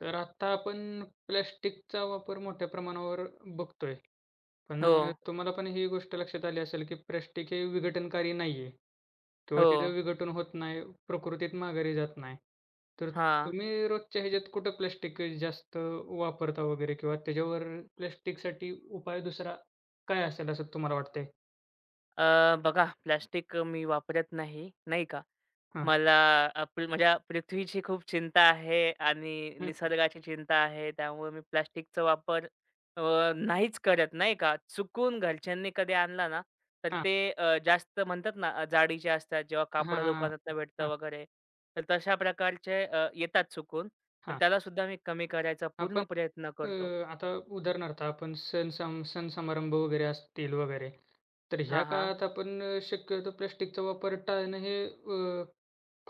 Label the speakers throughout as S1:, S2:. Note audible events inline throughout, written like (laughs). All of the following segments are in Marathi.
S1: तर आत्ता आपण प्लास्टिकचा वापर मोठ्या प्रमाणावर बघतोय. पण
S2: हो,
S1: तुम्हाला पण ही गोष्ट लक्षात आली असेल, की प्लास्टिक हे विघटनकारी नाहीये किंवा
S2: हो.
S1: तिचं विघटन होत नाही, प्रकृतीत माघारी जात नाही. तर
S2: हां.
S1: तुम्ही रोजच्या ह्याच्यात कुठं प्लास्टिक जास्त वापरता वगैरे किंवा त्याच्यावर प्लास्टिकसाठी उपाय दुसरा काय असेल असं तुम्हाला वाटतंय?
S2: बघा, प्लास्टिक मी वापरत नाही, नाही का.
S1: हां.
S2: मला अ, पृ म्हणजे पृथ्वीची खूप चिंता आहे आणि
S1: हं.
S2: निसर्गाची चिंता आहे. त्यामुळे मी प्लास्टिकचा वापर अ, नाहीच करत, नाही का. चुकून घरच्यांनी कधी आणला ना, तर ते जास्त म्हणतात ना जाडीचे असतात जेव्हा
S1: हां,
S2: कापड
S1: हां,
S2: दुकानातनं
S1: हां.
S2: भेटतं
S1: हां,
S2: वगैरे. तर तशा प्रकारचे येतात चुकून. पण
S1: हां.
S2: त्यालासुद्धा मी कमी करायचा पूर्ण
S1: आपण
S2: प्रयत्न
S1: अ,
S2: करतो.
S1: आता उदाहरणार्थ आपण सण समारंभ वगैरे असतील वगैरे, तर ह्या
S2: हां, हां.
S1: काळात आपण शक्यतो प्लास्टिकचा वापर टाळणं हे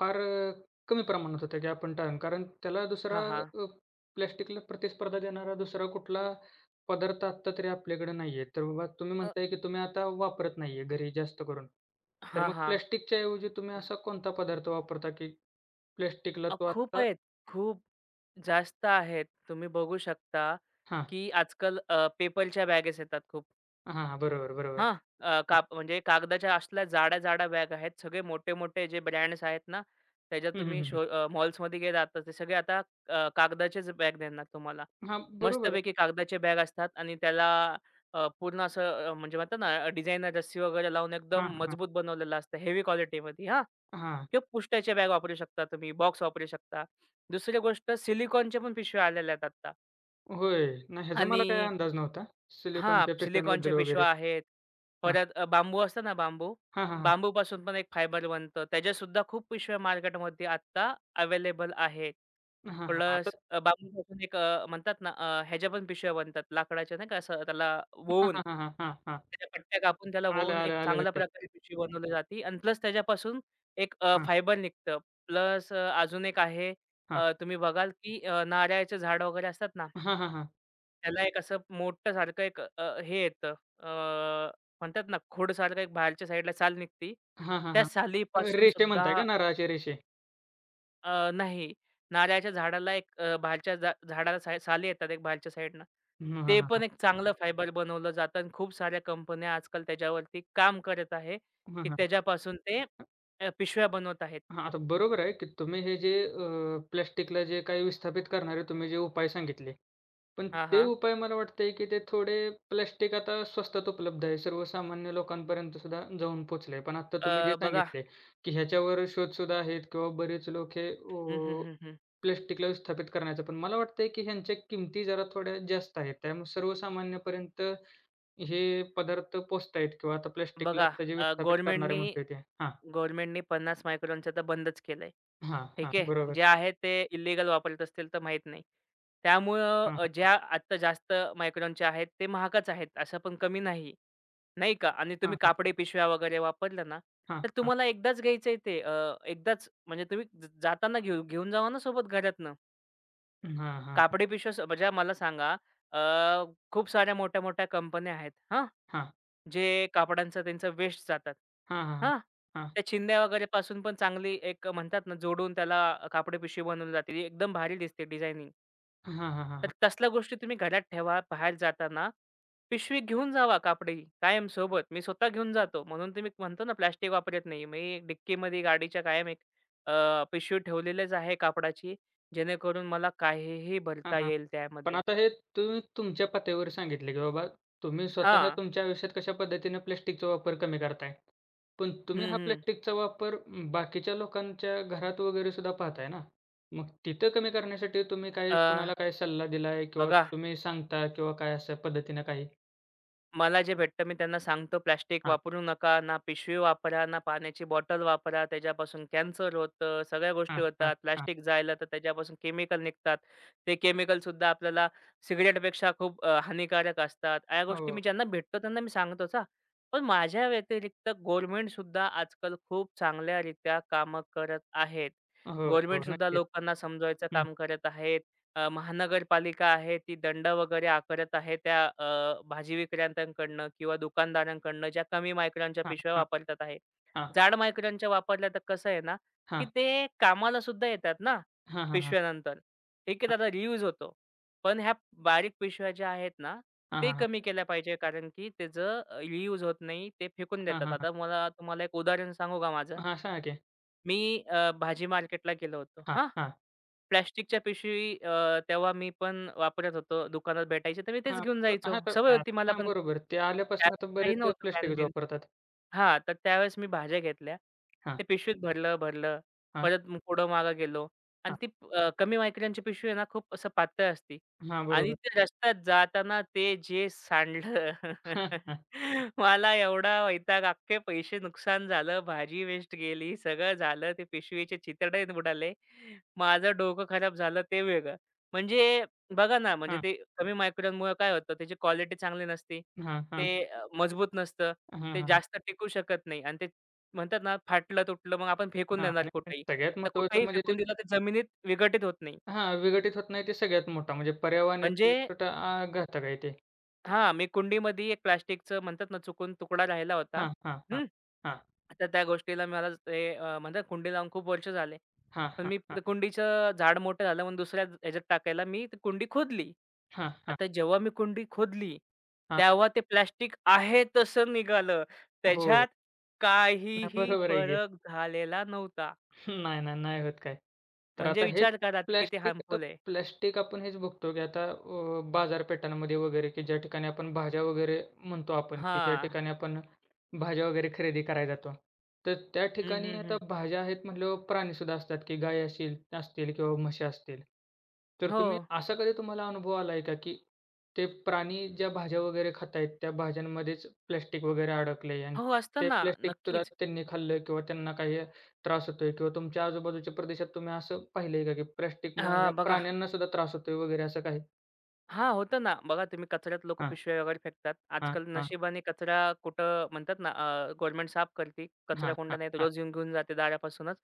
S1: फार कमी प्रमाणात होतं, की आपण टाळणं. कारण त्याला दुसरा
S2: हां, हां.
S1: अ, प्लास्टिकला प्रतिस्पर्धा देणारा दुसरा कुठला पदार्थ आत्ता तरी आपल्याकडे नाही आहे. तर बाबा तुम्ही
S2: अ
S1: म्हणताय, की तुम्ही आता वापरत नाही आहे घरी जास्त करून. तर मग
S2: हां.
S1: प्लास्टिकच्या ऐवजी तुम्ही असा कोणता पदार्थ वापरता, की प्लास्टिकला तो
S2: खूप
S1: आत्ता.
S2: आहेत. खूप जास्त आहेत. तुम्ही बघू शकता,
S1: हां,
S2: की आजकाल पेपरच्या बॅगेस येतात खूप.
S1: हां, हां. बरोबर, बरोबर.
S2: हां. अ, काप म्हणजे कागदाच्या असल्या जाड्या-जाड्या बॅग आहेत. सगळे मोठे-मोठे जे ब्रँड्स आहेत ना, त्याच्यात
S1: हं, हं,
S2: तुम्ही
S1: हं, हं.
S2: मॉल्समध्ये गेलात तर ते सगळे आता कागदाचेच बॅग देणार तुम्हाला.
S1: हां, बरोबर आहे.
S2: मस्तपैकी कागदाचे बॅग असतात आणि त्याला पूर्ण असं म्हणजे म्हणतात ना डिझाइनर रस्सी वगैरे लावून
S1: हां,
S2: एकदम
S1: हां, हां.
S2: मजबूत बनवलेलं असतं हेवी क्वालिटीमध्ये हां.
S1: हां.
S2: किंवा पुष्ट्याच्या बॅग वापरू शकता तुम्ही, बॉक्स वापरू शकता. दुसरी गोष्ट सिलिकॉनच्या पण पिशव्या आलेल्या आहेत आता
S1: होय. नाही, ह्याचा
S2: आणि
S1: मला काही अंदाज नव्हता.
S2: हां,
S1: सिलिकॉनच्या पिशव्यांबद्दल
S2: सिलिकॉनच्या पिशव्या
S1: वगैरे.
S2: आहेत.
S1: हां.
S2: परत बांबू असतो ना बांबू,
S1: हां, हां,
S2: बांबू
S1: हां.
S2: बांबूपासून पण एक फायबर बनतं. त्याच्यासुद्धा खूप पिशव्या मार्केटमध्ये आता, अवेलेबल आहे.
S1: हां, हां. आता.
S2: प्लस बांबूपासून एक म्हणतात ना ह्याच्या पण पिशव्या बनतात लाकडाच्या नाही का असं त्याला
S1: हां,
S2: वळवून,
S1: हां, हां, हां, हां, हां.
S2: त्याच्या पट्ट्या कापून त्याला
S1: आलं,
S2: वळवून एक
S1: आलं, आलं
S2: चांगल्या
S1: लक्षात.
S2: प्रकारे पिशवी बनवली जाते आणि प्लस त्याच्यापासून एक
S1: हां,
S2: फायबर निघतं. प्लस अजून एक आहे,
S1: हां.
S2: तुम्ही बघाल की नारळाचे झाड वगैरे असतात ना,
S1: हां, हां, हां.
S2: त्याला एक असं मोठं सारखं एक अ, हे येतं, अ, म्हणतात ना खोडसारखं एक बाहेरच्या साईडला साल निघते.
S1: हां, हां,
S2: त्या
S1: हां.
S2: सालीपासून
S1: रेषे म्हणताय
S2: सुद्धा
S1: का नारळाचे रेषे?
S2: नाही, नारळाच्या झाडाला एक बाहेरच्या झाडाला साली येतात एक बाहेरच्या साईडनं.
S1: हां, हां,
S2: ते
S1: हां,
S2: पण
S1: हां.
S2: एक चांगलं फायबर बनवलं जातं आणि खूप साऱ्या कंपन्या आजकाल त्याच्यावरती काम करत आहे,
S1: हां,
S2: की
S1: हां.
S2: त्याच्यापासून ते पिशव्या बनवत आहेत.
S1: हां, आता बरोबर आहे, की तुम्ही हे जे प्लास्टिकला जे काही विस्थापित करणारे तुम्ही जे उपाय सांगितले, पण
S2: हां,
S1: ते
S2: हां.
S1: उपाय मला वाटतंय, की ते थोडे. प्लास्टिक आता स्वस्तात उपलब्ध आहे. सर्वसामान्य लोकांपर्यंत सुद्धा जाऊन पोहोचलंय. पण आता तुम्ही जे
S2: बघा.
S1: सांगितलंय, की ह्याच्यावर शोध सुद्धा आहेत किंवा बरेच लोक हे
S2: हं, हं, हं, हं.
S1: प्लास्टिकला विस्थापित करण्याचं. पण मला वाटतंय, की ह्यांच्या किमती जरा थोड्या जास्त आहेत. त्यामुळे सर्वसामान्यपर्यंत हे पदार्थ पोहोचतायत किंवा आता प्लास्टिकला
S2: बघा,
S1: त्याचे विस्थापित करणारे
S2: गव्हर्नमेंटनी
S1: म्हणतोय ते. हां,
S2: गव्हर्नमेंटनी 50 मायक्रॉनचं तर बंदच केलंय.
S1: हां, हां.
S2: ठीक आहे.
S1: बरोबर.
S2: जे आहे ते इल्लीगल वापरत असतील तर माहीत नाही. त्यामुळं
S1: हां,
S2: ज्या आत्ता जास्त मायक्रॉनच्या आहेत ते महागच आहेत, असं पण कमी नाही, नाही का? आणि
S1: हां,
S2: तुम्ही
S1: हां,
S2: कापडी पिशव्या वगैरे वापरल्या ना,
S1: हां,
S2: तर
S1: हां,
S2: तुम्हाला एकदाच घ्यायचंय ते, एकदाच म्हणजे तुम्ही जाताना घेऊन जावा ना सोबत घरातनं.
S1: हां, हां,
S2: कापडी पिशव्या म्हणजे मला सांगा, अ, खूप साऱ्या मोठ्या-मोठ्या कंपन्या आहेत हां.
S1: हां,
S2: जे कापडांचा त्यांचा वेस्ट जातात.
S1: हां, हां, हां,
S2: हां.
S1: हां,
S2: त्या चिंध्या वगैरे पासून पण चांगली एक म्हणतात ना, जोडून त्याला कापडी पिशवी बनवली जाते. ती एकदम भारी दिसते डिझायनिंग.
S1: हां, हां, हां, हां,
S2: तर
S1: हां,
S2: तसल्या गोष्टी तुम्ही घरात ठेवा. बाहेर जाताना पिशवी घेऊन जावा कापडी कायम सोबत. मी स्वतः घेऊन जातो. म्हणून तुम्ही म्हणतो ना, प्लास्टिक वापरत नाही. मी डिक्कीमध्ये गाडीच्या कायम एक पिशवी ठेवलेलीच आहे कापडाची. जेणेकरून मला काहीही भरता
S1: हां.
S2: येईल
S1: पण
S2: त्यामध्ये.
S1: आता हे तुम्ही तुमच्या पातळीवर सांगितलं, की बाबा तुम्ही स्वतः
S2: हां.
S1: तुमच्या आयुष्यात कशा पद्धतीने प्लास्टिकचा वापर कमी करताय. पण
S2: हं,
S1: तुम्ही हा
S2: हं.
S1: प्लास्टिकचा वापर बाकीच्या लोकांच्या घरात वगैरे सुद्धा पाहताय ना. मग तिथं कमी करण्यासाठी तुम्ही काय,
S2: अ,
S1: कुणाला काय सल्ला दिलाय किंवा
S2: बघा,
S1: तुम्ही सांगता किंवा काय अशा पद्धतीनं काही?
S2: मला जे भेटतं मी त्यांना सांगतो, प्लास्टिक
S1: हां,
S2: वापरू नका, ना पिशवी वापरा, ना पाण्याची बॉटल वापरा. त्याच्यापासून कॅन्सर होतं, सगळ्या गोष्टी
S1: हां, हां,
S2: होतात.
S1: हां.
S2: प्लास्टिक जाळलं तर त्याच्यापासून केमिकल निघतात. ते केमिकल सुद्धा आपल्याला सिगारेटपेक्षा खूप हानिकारक असतात. या गोष्टी
S1: हो,
S2: मी ज्यांना भेटतो त्यांना मी सांगतोच हां. पण माझ्या व्यतिरिक्त गव्हर्नमेंटसुद्धा आजकाल खूप चांगल्यारीत्या कामं करत आहेत.
S1: हो, हो.
S2: गव्हर्नमेंटसुद्धा
S1: नक्कीच.
S2: लोकांना समजवायचं
S1: हं.
S2: काम करत आहेत. महानगरपालिका आहे ती दंड वगैरे आकारत आहे त्या भाजी विक्रेत्यांकडनं किंवा दुकानदारांकडनं ज्या कमी मायक्रॉनच्या पिशव्या
S1: हां,
S2: वापरतात आहे.
S1: हां,
S2: जाड मायक्रॉनच्या वापरल्या तर कसं आहे ना, की
S1: हां.
S2: ते कामाला सुद्धा येतात ना
S1: हां, हां, हां.
S2: पिशव्यानंतर. ठीक आहे, त्याचा रियूज होतो. पण ह्या बारीक पिशव्या ज्या आहेत ना,
S1: हां,
S2: ते
S1: हां, हां.
S2: कमी केल्या पाहिजे, कारण की त्याचं रियूज होत नाही. ते फेकून
S1: हां,
S2: देतात.
S1: हां, हां.
S2: आता मला तुम्हाला एक उदाहरण सांगू का माझं?
S1: हां, सांगा की.
S2: मी भाजी मार्केटला गेलो होतो.
S1: हां,
S2: हां.
S1: हां.
S2: प्लास्टिकच्या पिशवी तेव्हा मी पण वापरत होतो. दुकानात भेटायचे तर मी
S1: हां,
S2: तेच घेऊन जायचो.
S1: हां, तर
S2: सवय
S1: हां,
S2: होती मला
S1: हां,
S2: पण.
S1: बरोबर. ते आल्यापासून आता
S2: त्यावेळेस काही
S1: बरेच
S2: नव्हतं (laughs)
S1: प्लास्टिकच
S2: पॅन-बिन.
S1: वापरतात.
S2: हां, तर त्यावेळेस मी भाज्या घेतल्या.
S1: हां,
S2: ते पिशवीत भरलं, भरलं.
S1: हां,
S2: परत मग पुढं मागं गेलो आणि
S1: हां,
S2: ती कमी मायक्रोनची पिशवी आहे ना, खूप असं पातळ असते
S1: हां,
S2: आणि
S1: बरोबर.
S2: ते रस्त्यात जाताना ते जे सांडलं. (laughs)
S1: हां,
S2: (laughs) मला एवढा वैताग, अख्खे पैसे नुकसान झालं, भाजी वेस्ट गेली, सगळं झालं. ते पिशवीचे चितडे बुडाले. माझं डोकं खराब झालं ते वेगळं. म्हणजे बघा ना, म्हणजे
S1: हां,
S2: ते कमी मायक्रोनमुळं काय होतं, त्याची क्वालिटी चांगली नसते.
S1: हां, हां, हां,
S2: ते मजबूत नसतं.
S1: हां,
S2: ते
S1: हां,
S2: जास्त टिकू शकत नाही आणि ते म्हणतात ना, फाटलं तुटलं मग आपण फेकून
S1: हां
S2: देणार
S1: आणि पण
S2: कुठेही.
S1: सगळ्यात
S2: तर
S1: महत्त्वाचं
S2: कुठेही
S1: म्हणजे ते.
S2: फेकून दिलं तर जमिनीत विघटित होत नाही.
S1: हां, विघटित होत नाही, ते सगळ्यात मोठा म्हणजे
S2: म्हणजे
S1: पर्यावरणाचा घातक आहे ते.
S2: हां, मी कुंडीमध्ये एक प्लास्टिकचं म्हणतात ना, चुकून तुकडा राहिला होता.
S1: हां, हां, हां, हां,
S2: आता त्या गोष्टीला मला ते म्हणतात कुंडी लावून खूप वर्ष झाले.
S1: हां,
S2: पण
S1: हां,
S2: मी
S1: हां,
S2: ते कुंडीचं झाड मोठं झालं म्हणून दुसऱ्या ह्याच्यात टाकायला मी ती कुंडी खोदली.
S1: हां, हां,
S2: आता जेव्हा मी कुंडी खोदली,
S1: हां.
S2: तेव्हा ते प्लास्टिक आहे तसं निघालं.
S1: हो.
S2: त्याच्यात
S1: नाही,
S2: काहीही
S1: बरोबर आहे की.
S2: फरक झालेला नव्हता.
S1: नाही, नाही, नाही होत काय. तर
S2: म्हणजे
S1: आता हेच
S2: विचार करा ते किती
S1: प्लास्टिक, तर
S2: हार्मफुल आहे.
S1: प्लास्टिक आपण हेच बघतो, की आता बाजारपेठांमध्ये वगैरे, की ज्या ठिकाणी आपण भाज्या वगैरे म्हणतो आपण, की ज्या
S2: हां.
S1: ठिकाणी आपण भाज्या वगैरे खरेदी करायला जातो. तर त्या
S2: हं,
S1: ठिकाणी
S2: हं,
S1: आता
S2: हं.
S1: भाज्या आहेत म्हटल्यावर प्राणीसुद्धा असतात, की गाय असेल असतील किंवा म्हशी असतील. तर
S2: हो.
S1: तुम्ही असा कधी, तुम्हाला अनुभव आला आहे का, की ते प्राणी ज्या भाज्या वगैरे खात आहेत, त्या भाज्यांमध्येच प्लास्टिक वगैरे अडकलंय आणि
S2: हो, असतं
S1: ते
S2: ना.
S1: प्लास्टिकसुद्धा
S2: नक्कीच.
S1: त्यांनी खाल्लं किंवा त्यांना काही त्रास होतोय किंवा तुमच्या आजूबाजूच्या प्रदेशात तुम्ही असं पाहिलंय का, की प्लास्टिकमुळे
S2: हां,
S1: ह्या
S2: बघा.
S1: प्राण्यांना सुद्धा त्रास होतोय वगैरे असं काही?
S2: हां, होतं ना. बघा, तुम्ही कचऱ्यात लोक
S1: हां,
S2: पिशव्या वगैरे फेकतात.
S1: हां,
S2: आजकाल
S1: हां,
S2: नशिबाने कचरा कुठं म्हणतात ना, गव्हर्नमेंट साफ करते.
S1: हां,
S2: कचराकुंड्या
S1: हां,
S2: नाहीत,
S1: हां.
S2: रोज येऊन घेऊन जाते दारापासूनच.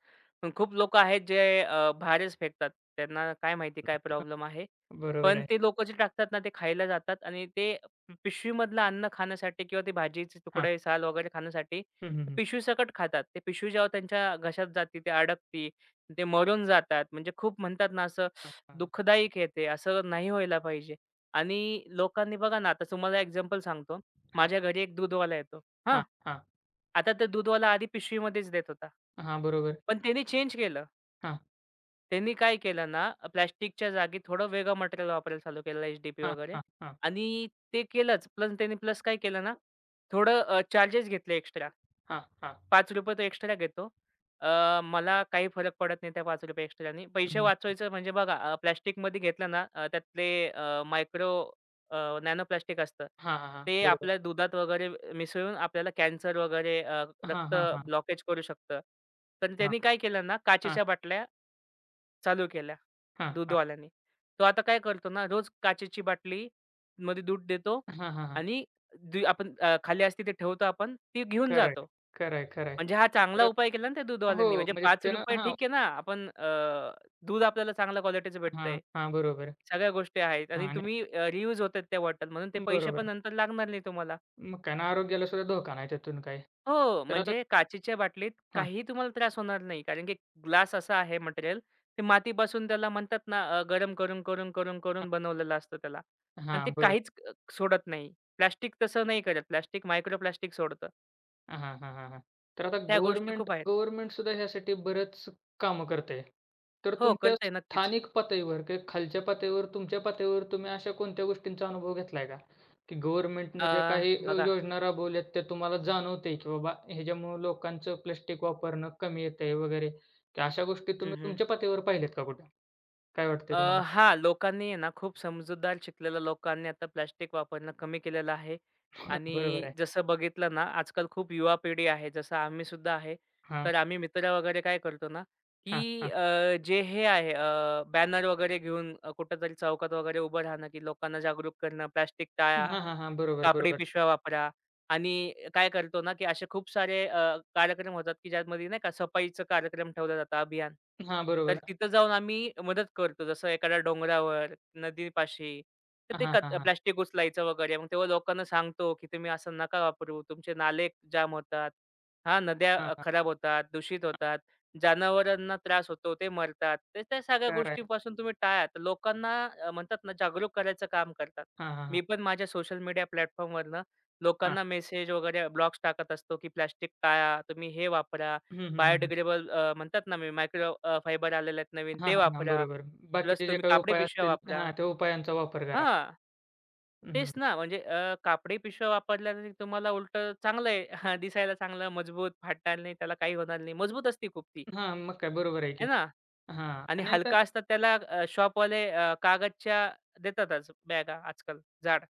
S2: पण खूप लोक आहेत जे बाहेरच फेकतात. त्यांना काय माहिती काय प्रॉब्लेम आहे.
S1: बरोबर
S2: पण
S1: आहे.
S2: ते लोकं जे टाकतात ना, ते खायला जातात आणि ते पिशवीमधलं अन्न खाण्यासाठी किंवा ते भाजीचे
S1: हां.
S2: तुकडे, साल वगैरे खाण्यासाठी
S1: हं, हं, हं.
S2: पिशवीसकट खातात. ते पिशवी जेव्हा त्यांच्या घशात जाते, ते अडकते. ते मरून जातात. म्हणजे खूप म्हणतात ना, असं
S1: हां, हां,
S2: दुःखदायक आहे, असं नाही व्हायला पाहिजे. आणि लोकांनी बघा ना, आता तुम्हाला एक्झाम्पल सांगतो.
S1: हां,
S2: माझ्या घरी एक दूधवाला येतो. हां.
S1: हां, हां.
S2: आता तो दूधवाला आधी पिशवीमध्येच देत होता.
S1: हां, बरोबर.
S2: पण त्यानी चेंज केलं.
S1: हां,
S2: त्यांनी काय केलं ना, प्लास्टिकच्या जागी थोडं वेगळं मटेरियल वापरायला चालू केलं, एच-डी-पी
S1: हां,
S2: वगैरे
S1: हां, हां,
S2: आणि ते केलंच. प्लस त्यांनी काय केलं ना, थोडं चार्जेस घेतले एक्स्ट्रा.
S1: हां, हां.
S2: ₹5 तो एक्स्ट्रा घेतो. मला काही फरक पडत नाही त्या ₹5 एक्स्ट्रानी. पैसे
S1: हं.
S2: वाचवायचं म्हणजे बघा, प्लास्टिकमध्ये घेतलं ना, त्यातले मायक्रो नॅनो प्लास्टिक असतं.
S1: हां, हां, हां.
S2: ते
S1: बरोबर.
S2: आपल्या दुधात वगैरे मिसळून आपल्याला कॅन्सर वगैरे
S1: हां,
S2: रक्त
S1: हां, हां,
S2: ब्लॉकेज करू शकतं. तर
S1: हां, हां,
S2: त्यांनी काय केलं ना,
S1: हां,
S2: काचेच्या बाटल्या चालू केल्या
S1: हां.
S2: दूधवाल्यानी. तो आता काय करतो ना, रोज काचेची बाटली मध्ये दूध देतो
S1: हां, हां, हां.
S2: आणि आपण खाली असते ते ठेवतो आपण, ती घेऊन
S1: खरं
S2: जातो.
S1: आहे, खरं आहे, खरं आहे.
S2: म्हणजे हा चांगला
S1: तर
S2: उपाय केला ना त्या
S1: हो,
S2: दूधवाल्यांनी. म्हणजे
S1: म्हणजे त्यानं
S2: ₹5
S1: हां,
S2: ठीक आहे ना, आपण, दूध आपल्याला चांगल्या क्वालिटीचं
S1: हां,
S2: भेटतंय.
S1: हां, बरोबर.
S2: सगळ्या गोष्टी आहेत
S1: हां
S2: आणि
S1: आणि
S2: तुम्ही, रियूज होतात त्या बॉटल म्हणून ते पैसे पण
S1: बरोबर.
S2: नंतर लागणार नाही तुम्हाला.
S1: मग काय ना, आरोग्याला सुद्धा धोका नाही त्यातून काही.
S2: हो,
S1: तर आता
S2: म्हणजे काचेच्या बाटलीत काहीही तुम्हाला त्रास होणार नाही. कारण की ग्लास असा आहे मटेरियल, ते मातीपासून त्याला म्हणतात ना, गरम करून, करून, करून, करून बनवलेलं असतं त्याला आणि ते
S1: हां, बरोबर.
S2: काहीच सोडत नाही. प्लास्टिक तसं नाही करत. प्लास्टिक मायक्रो प्लास्टिक सोडतं.
S1: हां, हां, हां, हां. तर आता
S2: त्या गोष्टी
S1: गव्हर्नमेंट
S2: खूप आहेत.
S1: गव्हर्नमेंटसुद्धा ह्यासाठी बरंच कामं करते. तर
S2: हो,
S1: तुमच्या
S2: करतंय नक्कीच.
S1: स्थानिक पातळीवर किंवा खालच्या पातळीवर, तुमच्या पातळीवर तुम्ही अशा कोणत्या गोष्टींचा अनुभव घेतलाय का? की
S2: अ,
S1: गव्हर्नमेंटने ज्या काही
S2: बघा.
S1: योजना राबवल्यात, त्या तुम्हाला जाणवतंय, की बाबा ह्याच्यामुळं लोकांचं प्लास्टिक वापरणं कमी येतंय वगैरे. की अशा गोष्टी
S2: हं,
S1: तुम्ही
S2: हं.
S1: तुमच्या पातळीवर पाहिल्यात का कुठं? काय
S2: अ,
S1: वाटतंय तुम्हाला?
S2: हां, लोकांनी आहे ना, खूप समजूतदार शिकलेल्या लोकांनी आता प्लास्टिक वापरणं कमी केलेलं आहे
S1: (laughs) हां, बरोबर
S2: आणि
S1: आहे.
S2: जसं बघितलं ना, आजकाल खूप युवा पिढी आहे, जसं आम्ही सुद्धा आहे.
S1: हां,
S2: तर आम्ही मित्र वगैरे काय करतो ना,
S1: हां,
S2: की
S1: हां.
S2: अ, जे हे आहे अ, बॅनर वगैरे घेऊन कुठेतरी चौकात वगैरे उभं राहणं, की लोकांना जागरूक करणं, प्लास्टिक टाळा,
S1: हां, हां, हां. बरोबर,
S2: कापडी
S1: बरोबर.
S2: पिशव्या वापरा. आणि काय करतो ना, की असे खूप सारे कार्यक्रम होतात, की ज्यामध्ये नाही का सफाईचं कार्यक्रम ठेवलं जातं अभियान.
S1: हां,
S2: तर
S1: बरोबर.
S2: तिथं जाऊन आम्ही मदत करतो. जसं एखाद्या डोंगरावर, नदीपाशी, तर
S1: हां,
S2: ते
S1: हां, हां.
S2: प्लास्टिक उचलायचं वगैरे. मग तेव्हा लोकांना सांगतो, की तुम्ही असं नका वापरू. तुमचे नाले जाम होतात. हां, नद्या
S1: हां, हां,
S2: खराब होतात, दूषित
S1: हां.
S2: होतात. जनावरांना त्रास होतो, ते मरतात. तर त्या सगळ्या
S1: खरं आहे.
S2: गोष्टीपासून तुम्ही टाळा. तर लोकांना म्हणतात ना, जागरूक करायचं काम करतात.
S1: हां, हां, हां.
S2: मी पण माझ्या सोशल मीडिया
S1: हां.
S2: लोकांना मेसेज वगैरे ब्लॉग्स टाकत असतो, की प्लास्टिक टाळा, तुम्ही हे वापरा.
S1: हं, हं, हं, हं.
S2: बायोडिग्रेडेबल म्हणतात ना, मी मायक्रो फायबर आलेले आहेत नवीन,
S1: हां,
S2: ते
S1: हां, हां.
S2: वापरा.
S1: बरोबर.
S2: प्लस
S1: बाकीचे जे
S2: तुम्ही
S1: काही
S2: कापडी
S1: उपाय
S2: पिशव्या
S1: असतील
S2: वापरा.
S1: हां, त्या उपायांचा वापर करा.
S2: हां,
S1: हं,
S2: तेच ना, म्हणजे कापडी पिशव्या वापरल्या तरी तुम्हाला उलटं चांगलं आहे. (laughs) हां, दिसायला चांगलं, मजबूत, फाटणार नाही, त्याला काही होणार नाही. मजबूत असते खूप ती,
S1: हां, मग काय बरोबर आहे
S2: आहे
S1: की.
S2: ना?
S1: हां
S2: आणि
S1: आणि आता
S2: हलका असतात, त्याला शॉपवाले कागदच्या देतातच बॅगा आजकाल जाड.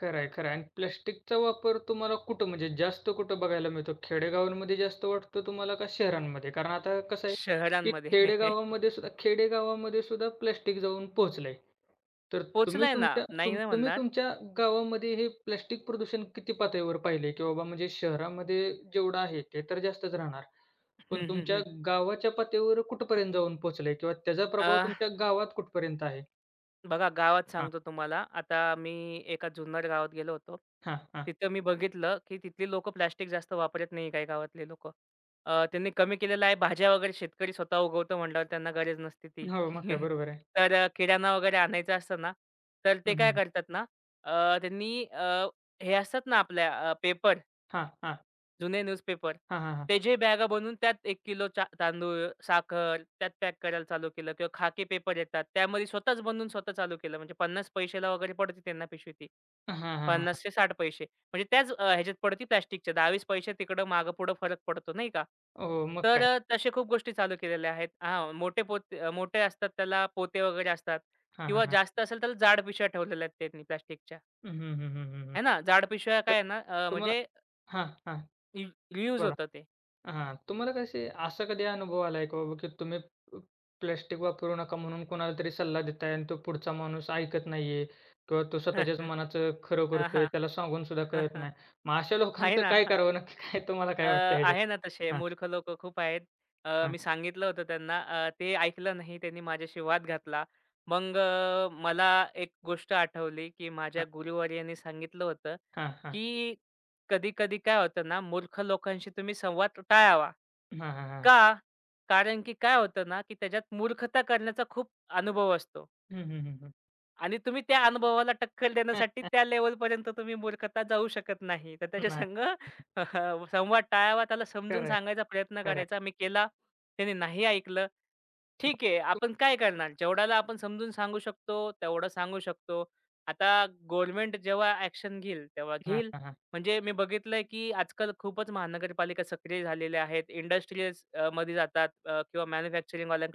S1: खरं आहे, खरं आहे. आणि प्लास्टिकचा वापर तुम्हाला कुठं, म्हणजे जास्त कुठं बघायला मिळतो? खेडेगावांमध्ये जास्त वाटतो तुम्हाला का शहरांमध्ये? कारण आता कसं आहे, की
S2: शहरांमध्ये. (laughs)
S1: खेडेगावामध्ये सुद्धा प्लास्टिक जाऊन पोहोचलंय. तर तुम्ही
S2: पोहोचलंय ना,
S1: तुमच्या
S2: नाही
S1: तुम
S2: नाही
S1: तुम्ही
S2: म्हणणार.
S1: तुमच्या गावामध्ये हे प्लास्टिक प्रदूषण किती पातळीवर पाहिलंय? की बाबा म्हणजे शहरामध्ये जेवढं आहे ते तर जास्तच राहणार. पण
S2: हं, हं,
S1: तुमच्या
S2: हं.
S1: गावाच्या पातळीवर कुठपर्यंत जाऊन पोहोचलंय किंवा त्याचा प्रभाव तुमच्या गावात कुठपर्यंत आहे?
S2: बघा, गावात
S1: हां,
S2: सांगतो तुम्हाला. आता मी एका जुन्नर गावात गेलो होतो.
S1: हां, हां.
S2: तिथं मी बघितलं, की तिथली लोकं प्लास्टिक जास्त वापरत नाही, काही गावातले लोकं. त्यांनी कमी केलेलं आहे. भाज्या वगैरे शेतकरी स्वतः उगवतो म्हटल्यावर त्यांना गरज नसते ती.
S1: हो, मग काय
S2: (laughs)
S1: बरोबर आहे.
S2: तर किराणा वगैरे आणायचा असतं ना, तर ते
S1: हं,
S2: काय
S1: हं.
S2: करतात ना, अ, त्यांनी अ, हे असतात ना आपल्या पेपर,
S1: हां, हां.
S2: जुने न्यूजपेपर.
S1: हां, हां, हां.
S2: ते जे बॅगा बनवून त्यात एक किलो चा तांदूळ, साखर त्यात पॅक करायला चालू केलं किंवा खाकी पेपर येतात. त्यामध्ये स्वतःच बनवून स्वतः चालू केलं. म्हणजे 50 पैशाला वगैरे पडते त्यांना पिशवी ती.
S1: हां, हां,
S2: 50
S1: हां.
S2: ते 60 पैसे. म्हणजे त्याच ह्याच्यात पडती प्लास्टिकच्या. 20 पैसे तिकडं मागं-पुढं फरक पडतो नाही का?
S1: हो, मग
S2: तर
S1: काय?
S2: तसे खूप गोष्टी चालू केलेल्या आहेत. हां, मोठे पोते मोठे असतात त्याला पोते वगैरे असतात
S1: हां, हां,
S2: किंवा
S1: हां.
S2: जास्त असेल तर जाड पिशव्या ठेवलेल्या आहेत त्यांनी प्लास्टिकच्या.
S1: हं, हं, हं, हं, हं, हं.
S2: आहे ना? जाड पिशव्या
S1: तर
S2: काय आहे ना,
S1: तुम्हाला
S2: म्हणजे
S1: हां, हां.
S2: रियूज
S1: बोला.
S2: होतं ते.
S1: हां, तुम्हाला कसे, असा कधी अनुभव आलाय का बाबा, की तुम्ही प प्लास्टिक वापरू नका म्हणून कोणाला तरी सल्ला देताय आणि तो पुढचा माणूस ऐकत नाहीये किंवा तो स्वतःच्याच
S2: (laughs)
S1: मनाचं खरं
S2: हां,
S1: करतोय,
S2: हां.
S1: त्याला सांगून सुद्धा कळत
S2: (laughs)
S1: नाही. मग अशा
S2: आहे
S1: लोकांचं
S2: ना.
S1: काय करावं नक्की (laughs) काय, तुम्हाला काय वाटतं ह्याच्यात?
S2: आहे ना, तसे
S1: हां,
S2: मूर्ख लोकं खूप आहेत.
S1: हां,
S2: मी सांगितलं होतं त्यांना, ते ऐकलं नाही. त्यांनी माझ्याशी वाद घातला. मग मला एक गोष्ट आठवली, की माझ्या
S1: हां.
S2: गुरुवर्यांनी सांगितलं होतं,
S1: हां, हां.
S2: की कधी-कधी काय होतं ना, मूर्ख लोकांशी तुम्ही संवाद टाळावा.
S1: हां, हां, हां.
S2: का? कारण की काय होतं ना, की त्याच्यात मूर्खता करण्याचा खूप अनुभव असतो.
S1: हं, हं, हं, हं.
S2: आणि तुम्ही त्या अनुभवाला टक्कल देण्यासाठी त्या लेव्हलपर्यंत तुम्ही मूर्खता जाऊ शकत नाही. तर त्याच्या
S1: नाही.
S2: संग (laughs) संवाद टाळावा, त्याला समजून
S1: खरं आहे,
S2: सांगायचा प्रयत्न
S1: खरं आहे.
S2: करायचा. मी केला, त्याने नाही ऐकलं.
S1: मग
S2: ठीक आहे.
S1: तुम
S2: आपण काय करणार? जेवढ्याला आपण समजून सांगू शकतो, तेवढं सांगू शकतो. आता गव्हर्नमेंट जेव्हा ॲक्शन घेईल, तेव्हा
S1: हां,
S2: घेईल.
S1: हां, हां.
S2: म्हणजे मी बघितलंय, की आजकाल खूपच महानगरपालिका सक्रिय झालेल्या आहेत. इंडस्ट्रीज मध्ये जातात किंवा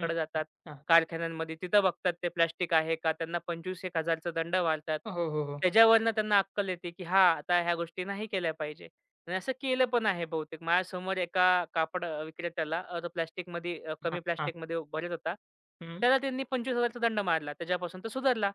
S1: हं,
S2: जातात.
S1: हां.
S2: कारखान्यांमध्ये तिथं बघतात ते प्लास्टिक आहे का? त्यांना 25,000-1,000 चा दंड घालतात.
S1: हो, हो, हो. हो.
S2: त्याच्यावरनं त्यांना अक्कल येते, की हां, आता ह्या गोष्टी नाही केल्या पाहिजे. आणि असं केलं पण आहे बहुतेक. माझ्यासमोर एका कापड विक्रेत्याला, अ, तो प्लास्टिकमध्ये अ,
S1: हां,
S2: कमी
S1: हां.
S2: प्लास्टिकमध्ये भरत होता.
S1: हं.
S2: त्याला त्यांनी 25,000 चा दंड मारला. त्याच्यापासून तो सुधारला.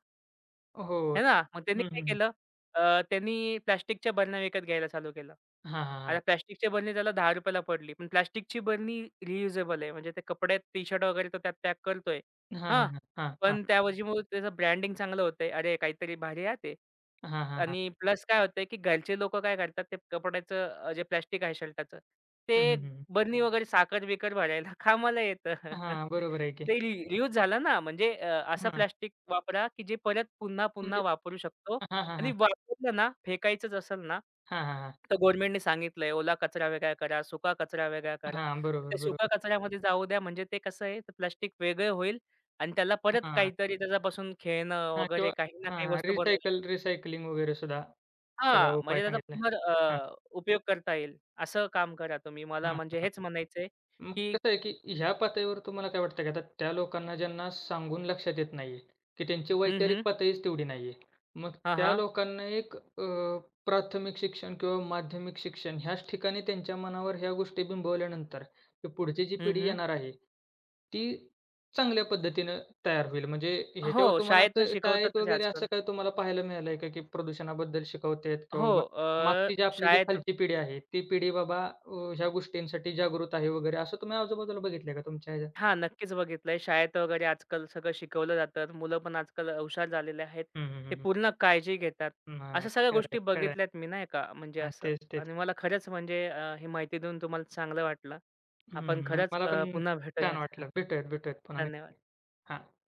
S1: हो.
S2: आहे ना. मग त्यांनी
S1: हं,
S2: काय
S1: हं, हं.
S2: केलं, अ, त्यांनी प्लास्टिकच्या बरण्या विकत घ्यायला चालू केलं.
S1: हां, हां,
S2: आता
S1: हां.
S2: प्लास्टिकची बरणी त्याला ₹10 ला पडली. पण प्लास्टिकची बरणी रियुजेबल आहे. म्हणजे ते कपडे, टी-शर्ट वगैरे तो त्यात पॅक करतोय.
S1: हां,
S2: हां.
S1: हां, हां. हां, हां.
S2: पण त्याऐवजी मग त्याचं ब्रँडिंग चांगलं होतंय. अरे काहीतरी भारी आहे ते.
S1: हां, हां, हां.
S2: आणि प्लस काय होतंय, की घरचे लोकं काय करतात ते कपड्याचं, जे प्लास्टिक आहे शर्टाचं,
S1: हं,
S2: ते
S1: हं,
S2: बरणी वगैरे साखर-बिखर भरायला (laughs) कामाला येतं.
S1: हां, बरोबर आहे की.
S2: ते रियूज झाला ना, म्हणजे असं
S1: हां,
S2: प्लास्टिक वापरा, की जे परत पुन्हा-पुन्हा
S1: म्हणजे
S2: वापरू शकतो
S1: हां, हां,
S2: आणि
S1: हां.
S2: वापरलं ना, फेकायचंच असेल ना,
S1: हां, हां, हां.
S2: तर गव्हर्नमेंटने सांगितलंय, ओला कचरा वेगळा करा, सुका कचरा वेगळा करा.
S1: हां,
S2: तर
S1: बरोबर,
S2: ते सुका
S1: बरोबर.
S2: कचऱ्यामध्ये जाऊ द्या, म्हणजे ते कसं आहे, ते प्लास्टिक वेगळं होईल आणि त्याला परत
S1: हां,
S2: काहीतरी त्याच्यापासून खेळणं
S1: हां
S2: वगैरे
S1: किंवा
S2: काही ना काही
S1: हां,
S2: वस्तू बनवणार.
S1: रिसायकल रिसायकलिंग वगैरे सुद्धा त्याला
S2: हां,
S1: उपाय
S2: म्हणजे त्याचा
S1: सांगितला.
S2: उपयोग करता येईल. असं काम करा तुम्ही. मला
S1: हां,
S2: म्हणजे
S1: हां.
S2: हेच म्हणायचंय,
S1: मग
S2: की
S1: कसं आहे, की ह्या पातळीवर तुम्हाला काय वाटतं, की आता त्या लोकांना ज्यांना सांगून लक्षात येत नाहीये, की त्यांची
S2: हं,
S1: वैचारिक
S2: हं.
S1: पातळीच तेवढी नाहीये. मग
S2: हां,
S1: त्या
S2: हां.
S1: लोकांना एक प्राथमिक शिक्षण किंवा माध्यमिक शिक्षण ह्याच ठिकाणी त्यांच्या मनावर ह्या गोष्टी बिंबवल्यानंतर, की पुढची जी
S2: हं,
S1: पिढी
S2: हं.
S1: येणार आहे, ती चांगल्या पद्धतीनं तयार होईल. म्हणजे
S2: हो,
S1: ह्याच्यावर तुम्हाला
S2: शाळेतनं
S1: असं शाळेत
S2: शिकवतातच
S1: वगैरे
S2: आजकाल.
S1: असं काही तुम्हाला पाहायला मिळालंय का, की प्रदूषणाबद्दल शिकवतायत
S2: हो,
S1: किंवा मागची जे आपली जी
S2: शाळेत.
S1: खालची पिढी आहे, ती पिढी बाबा ह्या गोष्टींसाठी जागृत आहे वगैरे असं तुम्ही आजूबाजूला बघितलंय का तुमच्या ह्याच्या?
S2: हां, नक्कीच बघितलंय. शाळेत वगैरे आजकाल सगळं शिकवलं जातं. मुलं पण आजकाल हुशार झालेले आहेत.
S1: हं, हं,
S2: ते
S1: हं, हं.
S2: पूर्ण काळजी घेतात.
S1: नाही, नाही.
S2: अशा सगळ्या
S1: खरं आहे,
S2: गोष्टी
S1: खरं आहे.
S2: बघितल्यात मी नाही का, म्हणजे
S1: हां,
S2: असं,
S1: तेच, तेच.
S2: आणि मला खरंच म्हणजे ही माहिती देऊन तुम्हाला चांगलं वाटलं. आपण
S1: हं,
S2: खरंच
S1: मला पण
S2: पुन्हा भेटूयात.
S1: छान
S2: (laughs)
S1: वाटलं. भेटूयात, भेटूयात पुन्हा
S2: धन्यवाद.
S1: नक्की. हां.